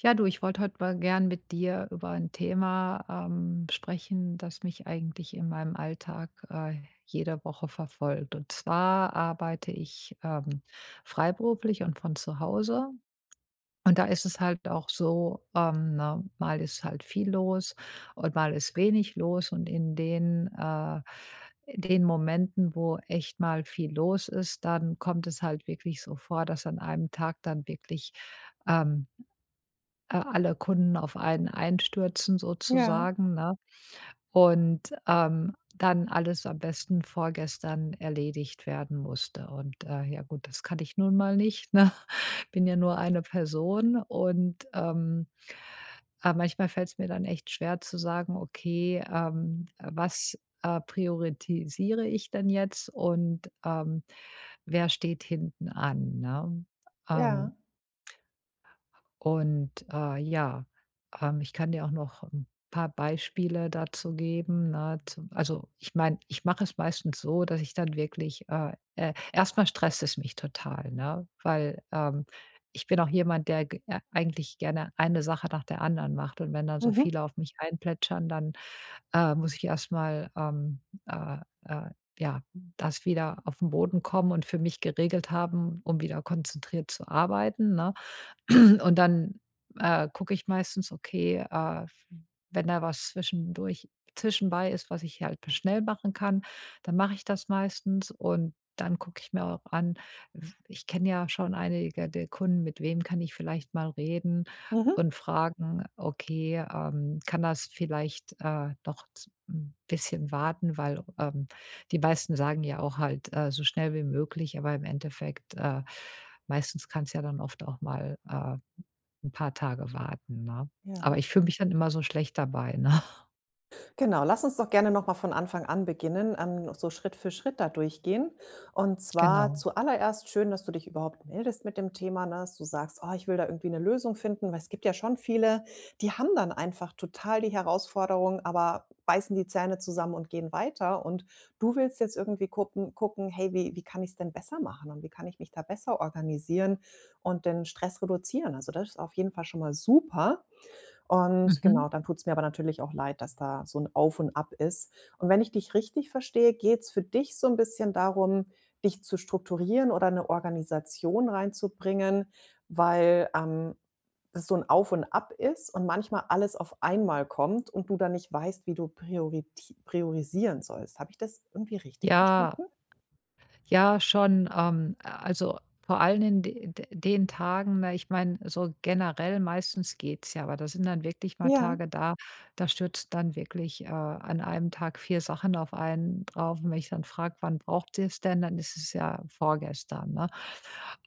Ja, du, ich wollte heute mal gern mit dir über ein Thema sprechen, das mich eigentlich in meinem Alltag jede Woche verfolgt. Und zwar arbeite ich freiberuflich und von zu Hause. Und da ist es halt auch so, ne, mal ist halt viel los und mal ist wenig los. Und in den Momenten, wo echt mal viel los ist, dann kommt es halt wirklich so vor, dass an einem Tag dann wirklich ähm, alle Kunden auf einen einstürzen Ja, sozusagen, ne? Und, dann alles am besten vorgestern erledigt werden musste. Und, ja gut, das kann ich nun mal nicht, ne? Bin ja nur eine Person, und, manchmal fällt's mir dann echt schwer zu sagen: „Okay, was, priorisiere ich denn jetzt, und, wer steht hinten an", ne? ja. Ähm und, ja, ich kann dir auch noch ein paar Beispiele dazu geben, ne? Zum Also, ich meine, ich mache es meistens so, dass ich dann wirklich, erst stresst es mich total, ne? Weil, ich bin auch jemand, der g eigentlich gerne eine Sache nach der anderen macht, und wenn dann so Mhm, viele auf mich einplätschern, dann muss ich erstmal äh, äh, ja, das wieder auf den Boden kommen und für mich geregelt haben, um wieder konzentriert zu arbeiten, ne? Und dann, gucke ich meistens, okay, wenn da was zwischendurch zwischenbei ist, was ich halt schnell machen kann, dann mache ich das meistens, und dann gucke ich mir auch an, w ich kenne ja schon einige der Kunden, mit wem kann ich vielleicht mal reden? mhm, Und fragen: „Okay, kann das vielleicht, noch z 'n bisschen warten?" Weil, die meisten sagen ja auch halt, so schnell wie möglich, aber im Endeffekt, meistens kann es ja dann oft auch mal, 'n paar Tage warten, ne? ja. Aber ich fühle mich dann immer so schlecht dabei, ne? Genau, lass uns doch gerne noch mal von Anfang an beginnen, so Schritt für Schritt da durchgehen. Und zwar Genau. zuallererst schön, dass du dich überhaupt meldest mit dem Thema, ne, dass du sagst: „Oh, ich will da irgendwie eine Lösung finden“, weil es gibt ja schon viele, die haben dann einfach total die Herausforderung, aber beißen die Zähne zusammen und gehen weiter. Und du willst jetzt irgendwie gucken: „Hey, wie kann ich es denn besser machen und wie kann ich mich da besser organisieren und den Stress reduzieren?“ Also, das ist auf jeden Fall schon mal super. Und Mhm. genau, dann tut's mir aber natürlich auch leid, dass da so ein Auf und Ab ist. Und wenn ich dich richtig verstehe, geht's für dich so ein bisschen darum, dich zu strukturieren oder eine Organisation reinzubringen, weil, das so ein Auf und Ab ist und manchmal alles auf einmal kommt und du dann nicht weißt, wie du priorit priorisieren sollst. Habe ich das irgendwie richtig Ja, verstanden? ja, schon. Also vor allem in de de den Tagen, ne, ich meine, so generell meistens geht's ja, aber da sind dann wirklich mal Ja, Tage da, da stürzt dann wirklich, an einem Tag 4 Sachen auf einen drauf. Und wenn ich dann frage: „Wann braucht ihr's denn?", dann ist es ja vorgestern, ne?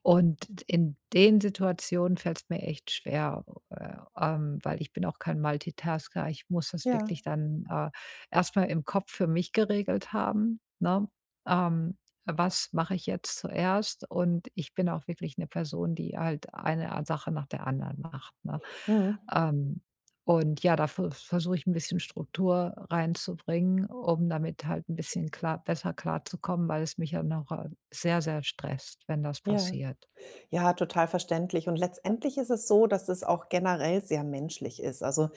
Und in den Situationen fällt es mir echt schwer, weil ich bin auch kein Multitasker. Ich muss das ja. wirklich dann, erst im Kopf für mich geregelt haben, ne? Ähm, Was mache ich jetzt zuerst? Und ich bin auch wirklich eine Person, die halt eine Sache nach der anderen macht, ne? Mhm. Ähm, und ja, da versuche ich ein bisschen Struktur reinzubringen, um damit halt ein bisschen besser klarzukommen, weil es mich ja noch sehr, sehr stresst, wenn das Ja. passiert. Ja, total verständlich. Und letztendlich ist es so, dass es auch generell sehr menschlich ist. Also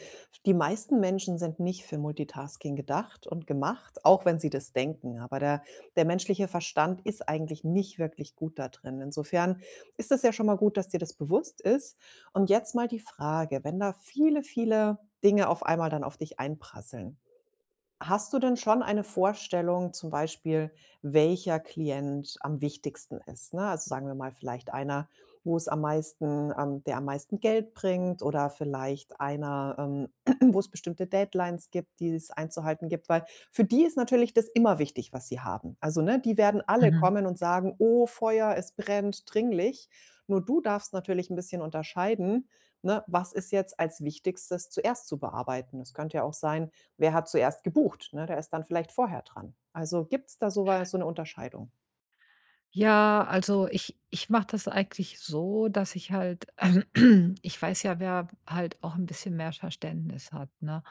die meisten Menschen sind nicht für Multitasking gedacht und gemacht, auch wenn sie das denken. Aber der menschliche Verstand ist eigentlich nicht wirklich gut da drin. Insofern ist es ja schon mal gut, dass dir das bewusst ist. Und jetzt mal die Frage, wenn da viele, viele Dinge auf einmal dann auf dich einprasseln. Hast du denn schon eine Vorstellung, zum Beispiel, welcher Klient am wichtigsten ist, ne? Also, sagen wir mal, vielleicht einer, wo es am meisten der am meisten Geld bringt oder vielleicht einer, wo es bestimmte Deadlines gibt, die es einzuhalten gibt, weil für die ist natürlich das immer wichtig, was sie haben. Also, ne, die werden alle Mhm. kommen und sagen: „Oh, Feuer, es brennt, dringlich.“ Nur du darfst natürlich ein bisschen unterscheiden, ne, was ist jetzt als Wichtigstes zuerst zu bearbeiten. Es könnte ja auch sein, wer hat zuerst gebucht, ne? Der ist dann vielleicht vorher dran. Also, gibt's da so was so 'ne Unterscheidung? Ja, also ich mache das eigentlich so, dass ich halt ich weiß ja, wer halt auch ein bisschen mehr Verständnis hat, ne?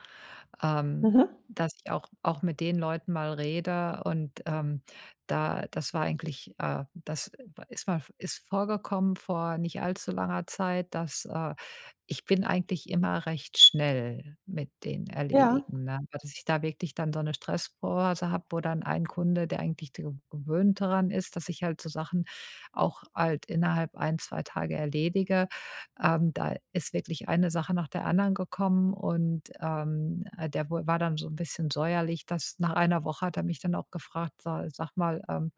ähm, Mhm. Dass ich auch mit den Leuten mal rede, und, da das war eigentlich das ist mal ist vorgekommen vor nicht allzu langer Zeit, dass, ich bin eigentlich immer recht schnell mit den Ja, Erledigen, ne? Aber dass ich da wirklich dann so eine Stressphase habe, wo dann ein Kunde, der eigentlich de gewöhnt daran ist, dass ich halt so Sachen auch halt innerhalb ein 2 Tage erledige, da ist wirklich eine Sache nach der anderen gekommen. Und, der wo war dann so ein bisschen säuerlich, dass nach einer Woche hat er mich dann auch gefragt: „Sa Sag mal, ähm,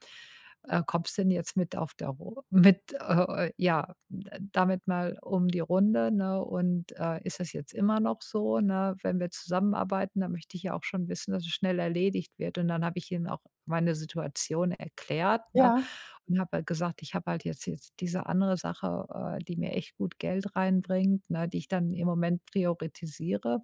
äh, kommst denn jetzt mit auf der Ru mit, ja, d damit mal um die Runde, ne? Und, ist das jetzt immer noch so, ne? Wenn wir zusammenarbeiten, dann möchte ich ja auch schon wissen, dass es schnell erledigt wird." Und dann habe ich ihm auch meine Situation erklärt, ne? ja, Und habe halt gesagt, ich habe halt jetzt diese andere Sache, die mir echt gut Geld reinbringt, ne, die ich dann im Moment priorisiere.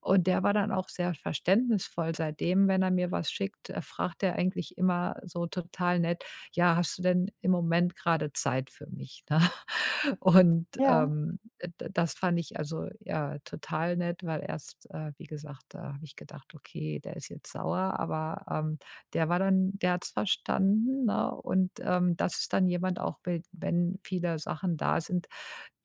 Und der war dann auch sehr verständnisvoll. Seitdem, wenn er mir was schickt, fragt er eigentlich immer so total nett: „Ja, hast du denn im Moment gerade Zeit für mich?", ne? Und, ja. D das fand ich, also, ja, total nett, weil erst, wie gesagt, da habe ich gedacht: „Okay, der ist jetzt sauer", aber, der war dann der hat's verstanden, ne? Und, das ist dann jemand auch, we wenn viele Sachen da sind,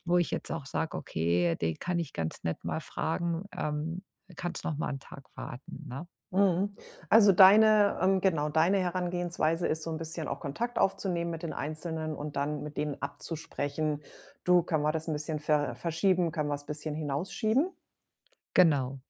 wo ich jetzt auch sage: „Okay, den kann ich ganz nett mal fragen, kannst noch mal 'n Tag warten, ne? Mhm. Also, deine genau, deine Herangehensweise ist so ein bisschen auch Kontakt aufzunehmen mit den Einzelnen und dann mit denen abzusprechen: „Du, können wir das ein bisschen verschieben? Können wir es ein bisschen hinausschieben?“ Genau,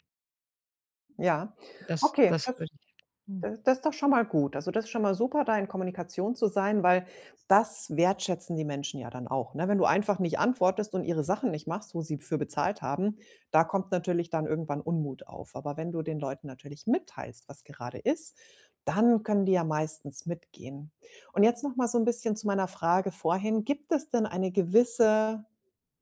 Ja. das Okay. Da das würde ich. Hm. Das ist doch schon mal gut. Also, das ist schon mal super, da in Kommunikation zu sein, weil das wertschätzen die Menschen ja dann auch, ne? Wenn du einfach nicht antwortest und ihre Sachen nicht machst, wo sie für bezahlt haben, da kommt natürlich dann irgendwann Unmut auf. Aber wenn du den Leuten natürlich mitteilst, was gerade ist, dann können die ja meistens mitgehen. Und jetzt noch mal so ein bisschen zu meiner Frage vorhin. Gibt es denn eine gewisse,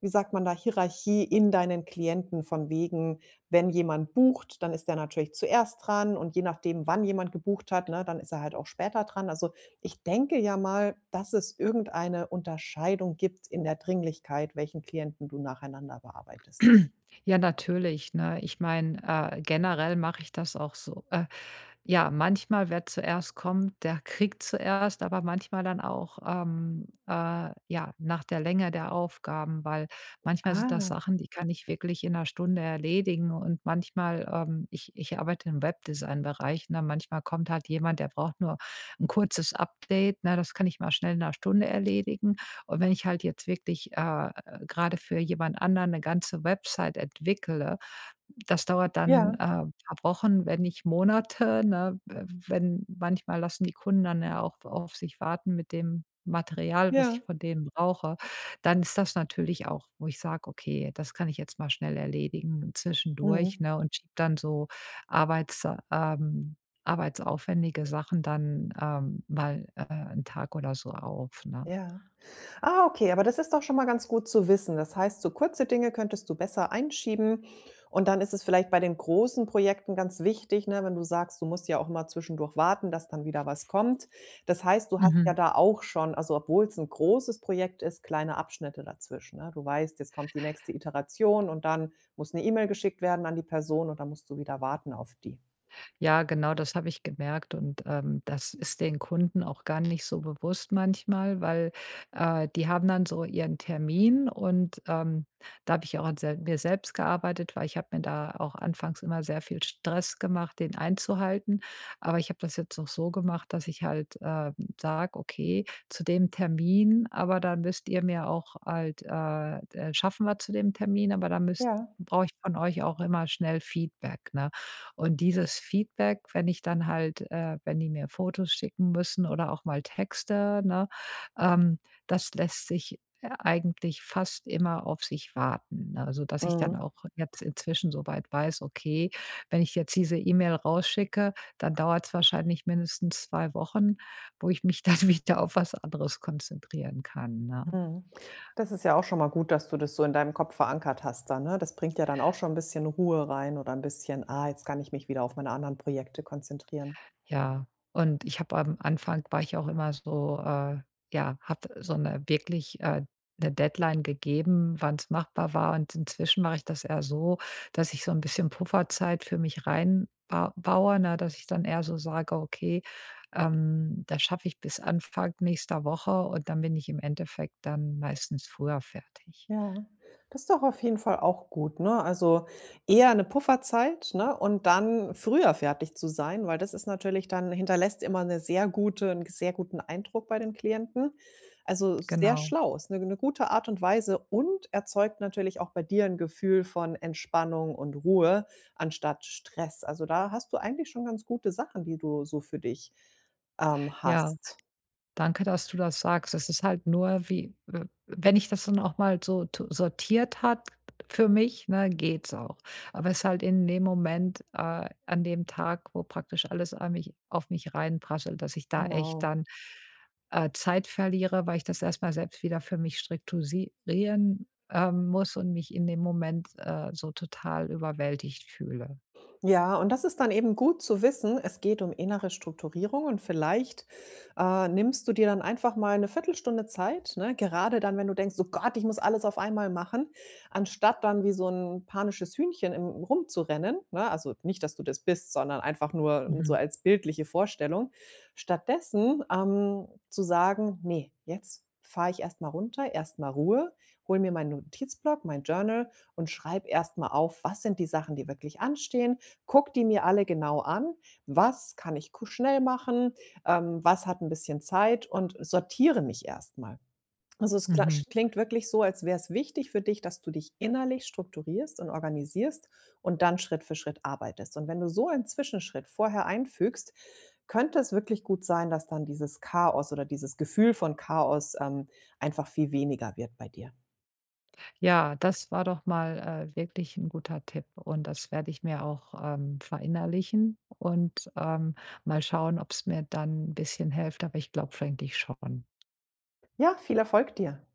wie sagt man da, Hierarchie in deinen Klienten von wegen, wenn jemand bucht, dann ist der natürlich zuerst dran und je nachdem, wann jemand gebucht hat, ne, dann ist er halt auch später dran. Also, ich denke ja mal, dass es irgendeine Unterscheidung gibt in der Dringlichkeit, welchen Klienten du nacheinander bearbeitest. Ja, natürlich, ne? Ich meine, generell mache ich das auch so. Ja, manchmal, wer zuerst kommt, der kriegt zuerst, aber manchmal dann auch, ja, nach der Länge der Aufgaben, weil manchmal sind das Ah, Sachen, die kann ich wirklich in einer Stunde erledigen, und manchmal, ich arbeite im Webdesign-Bereich, ne, manchmal kommt halt jemand, der braucht nur ein kurzes Update, ne? Das kann ich mal schnell in einer Stunde erledigen. Und wenn ich halt jetzt wirklich, grade für jemand anderen eine ganze Website entwickle, das dauert dann, ja, paar Wochen, wenn nicht Monate, ne? W Wenn manchmal lassen die Kunden dann ja auch auf sich warten mit dem Material, was ich ja. von denen brauche. Dann ist das natürlich auch, wo ich sage: „Okay, das kann ich jetzt mal schnell erledigen zwischendurch", Mhm, ne? Und schiebe dann so arbeits ähm, arbeitsaufwendige Sachen dann, mal, 'n Tag oder so auf, ne? ja. Ah, okay, aber das ist doch schon mal ganz gut zu wissen. Das heißt, so kurze Dinge könntest du besser einschieben und dann ist es vielleicht bei den großen Projekten ganz wichtig, ne, wenn du sagst, du musst ja auch mal zwischendurch warten, dass dann wieder was kommt. Das heißt, du hast ja Mhm. da auch schon, also obwohl es ein großes Projekt ist, kleine Abschnitte dazwischen, ne? Du weißt, jetzt kommt die nächste Iteration und dann muss eine E-Mail geschickt werden an die Person und dann musst du wieder warten auf die. Ja, genau, das habe ich gemerkt, und, das ist den Kunden auch gar nicht so bewusst manchmal, weil, die haben dann so ihren Termin, und, da habe ich auch an sel mir selbst gearbeitet, weil ich habe mir da auch anfangs immer sehr viel Stress gemacht, den einzuhalten. Aber ich habe das jetzt auch so gemacht, dass ich halt, sage: „Okay, zu dem Termin, aber dann müsst ihr mir auch halt, schaffen wir zu dem Termin, aber da müsst Ja. brauche ich von euch auch immer schnell Feedback", ne? Und dieses Feedback, wenn ich dann halt wenn die mir Fotos schicken müssen oder auch mal Texte, ne, ähm, das lässt sich eigentlich fast immer auf sich warten, ne. Also dass ich dann Mhm. auch jetzt inzwischen so weit weiß, okay, wenn ich jetzt diese E-Mail rausschicke, dann dauert es wahrscheinlich mindestens 2 Wochen, wo ich mich dann wieder auf was anderes konzentrieren kann, ne? Mhm. Das ist ja auch schon mal gut, dass du das so in deinem Kopf verankert hast dann, ne? Das bringt ja dann auch schon ein bisschen Ruhe rein oder ein bisschen: „Ah, jetzt kann ich mich wieder auf meine anderen Projekte konzentrieren.“ Ja, und ich habe am Anfang war ich auch immer so, ja, habe so eine wirklich, 'ne Deadline gegeben, wann es machbar war. Und inzwischen mache ich das eher so, dass ich so ein bisschen Pufferzeit für mich reinbaue, ne, dass ich dann eher so sage: „Okay, das schaffe ich bis Anfang nächster Woche", und dann bin ich im Endeffekt dann meistens früher fertig. Ja, das ist doch auf jeden Fall auch gut, ne? Also, eher eine Pufferzeit, ne, und dann früher fertig zu sein, weil das ist natürlich dann hinterlässt immer eine sehr gute einen sehr guten Eindruck bei den Klienten. Also, sehr Genau, schlau, ist 'ne gute Art und Weise und erzeugt natürlich auch bei dir ein Gefühl von Entspannung und Ruhe anstatt Stress. Also, da hast du eigentlich schon ganz gute Sachen, die du so für dich, ja. hast. Danke, dass du das sagst. Es ist halt nur, wie w wenn ich das dann auch mal so t sortiert hat für mich, ne, geht's auch. Aber es ist halt in dem Moment, an dem Tag, wo praktisch alles an mich auf mich reinprasselt, dass ich da echt Genau. dann, Zeit verliere, weil ich das erst mal selbst wieder für mich strukturieren, muss, und mich in dem Moment, so total überwältigt fühle. Ja, und das ist dann eben gut zu wissen, es geht um innere Strukturierung und vielleicht nimmst du dir dann einfach mal eine Viertelstunde Zeit, ne? Gerade dann, wenn du denkst, oh Gott, ich muss alles auf einmal machen, anstatt dann wie so ein panisches Hühnchen im, rumzurennen, ne? Also nicht, dass du das bist, sondern einfach nur so Mhm, als bildliche Vorstellung, stattdessen zu sagen, nee, jetzt fahre ich erstmal runter, erstmal Ruhe, hol mir meinen Notizblock, mein Journal und schreib erstmal auf, was sind die Sachen, die wirklich anstehen. Guck die mir alle genau an. Was kann ich ku schnell machen? Was hat ein bisschen Zeit? Und sortiere mich erstmal. Also, es kla mhm. klingt wirklich so, als wäre es wichtig für dich, dass du dich innerlich strukturierst und organisierst und dann Schritt für Schritt arbeitest. Und wenn du so einen Zwischenschritt vorher einfügst, könnte es wirklich gut sein, dass dann dieses Chaos oder dieses Gefühl von Chaos, einfach viel weniger wird bei dir. Ja, das war doch mal, wirklich ein guter Tipp, und das werde ich mir auch, verinnerlichen und, mal schauen, ob es mir dann ein bisschen hilft, aber ich glaube eigentlich schon. Ja, viel Erfolg dir.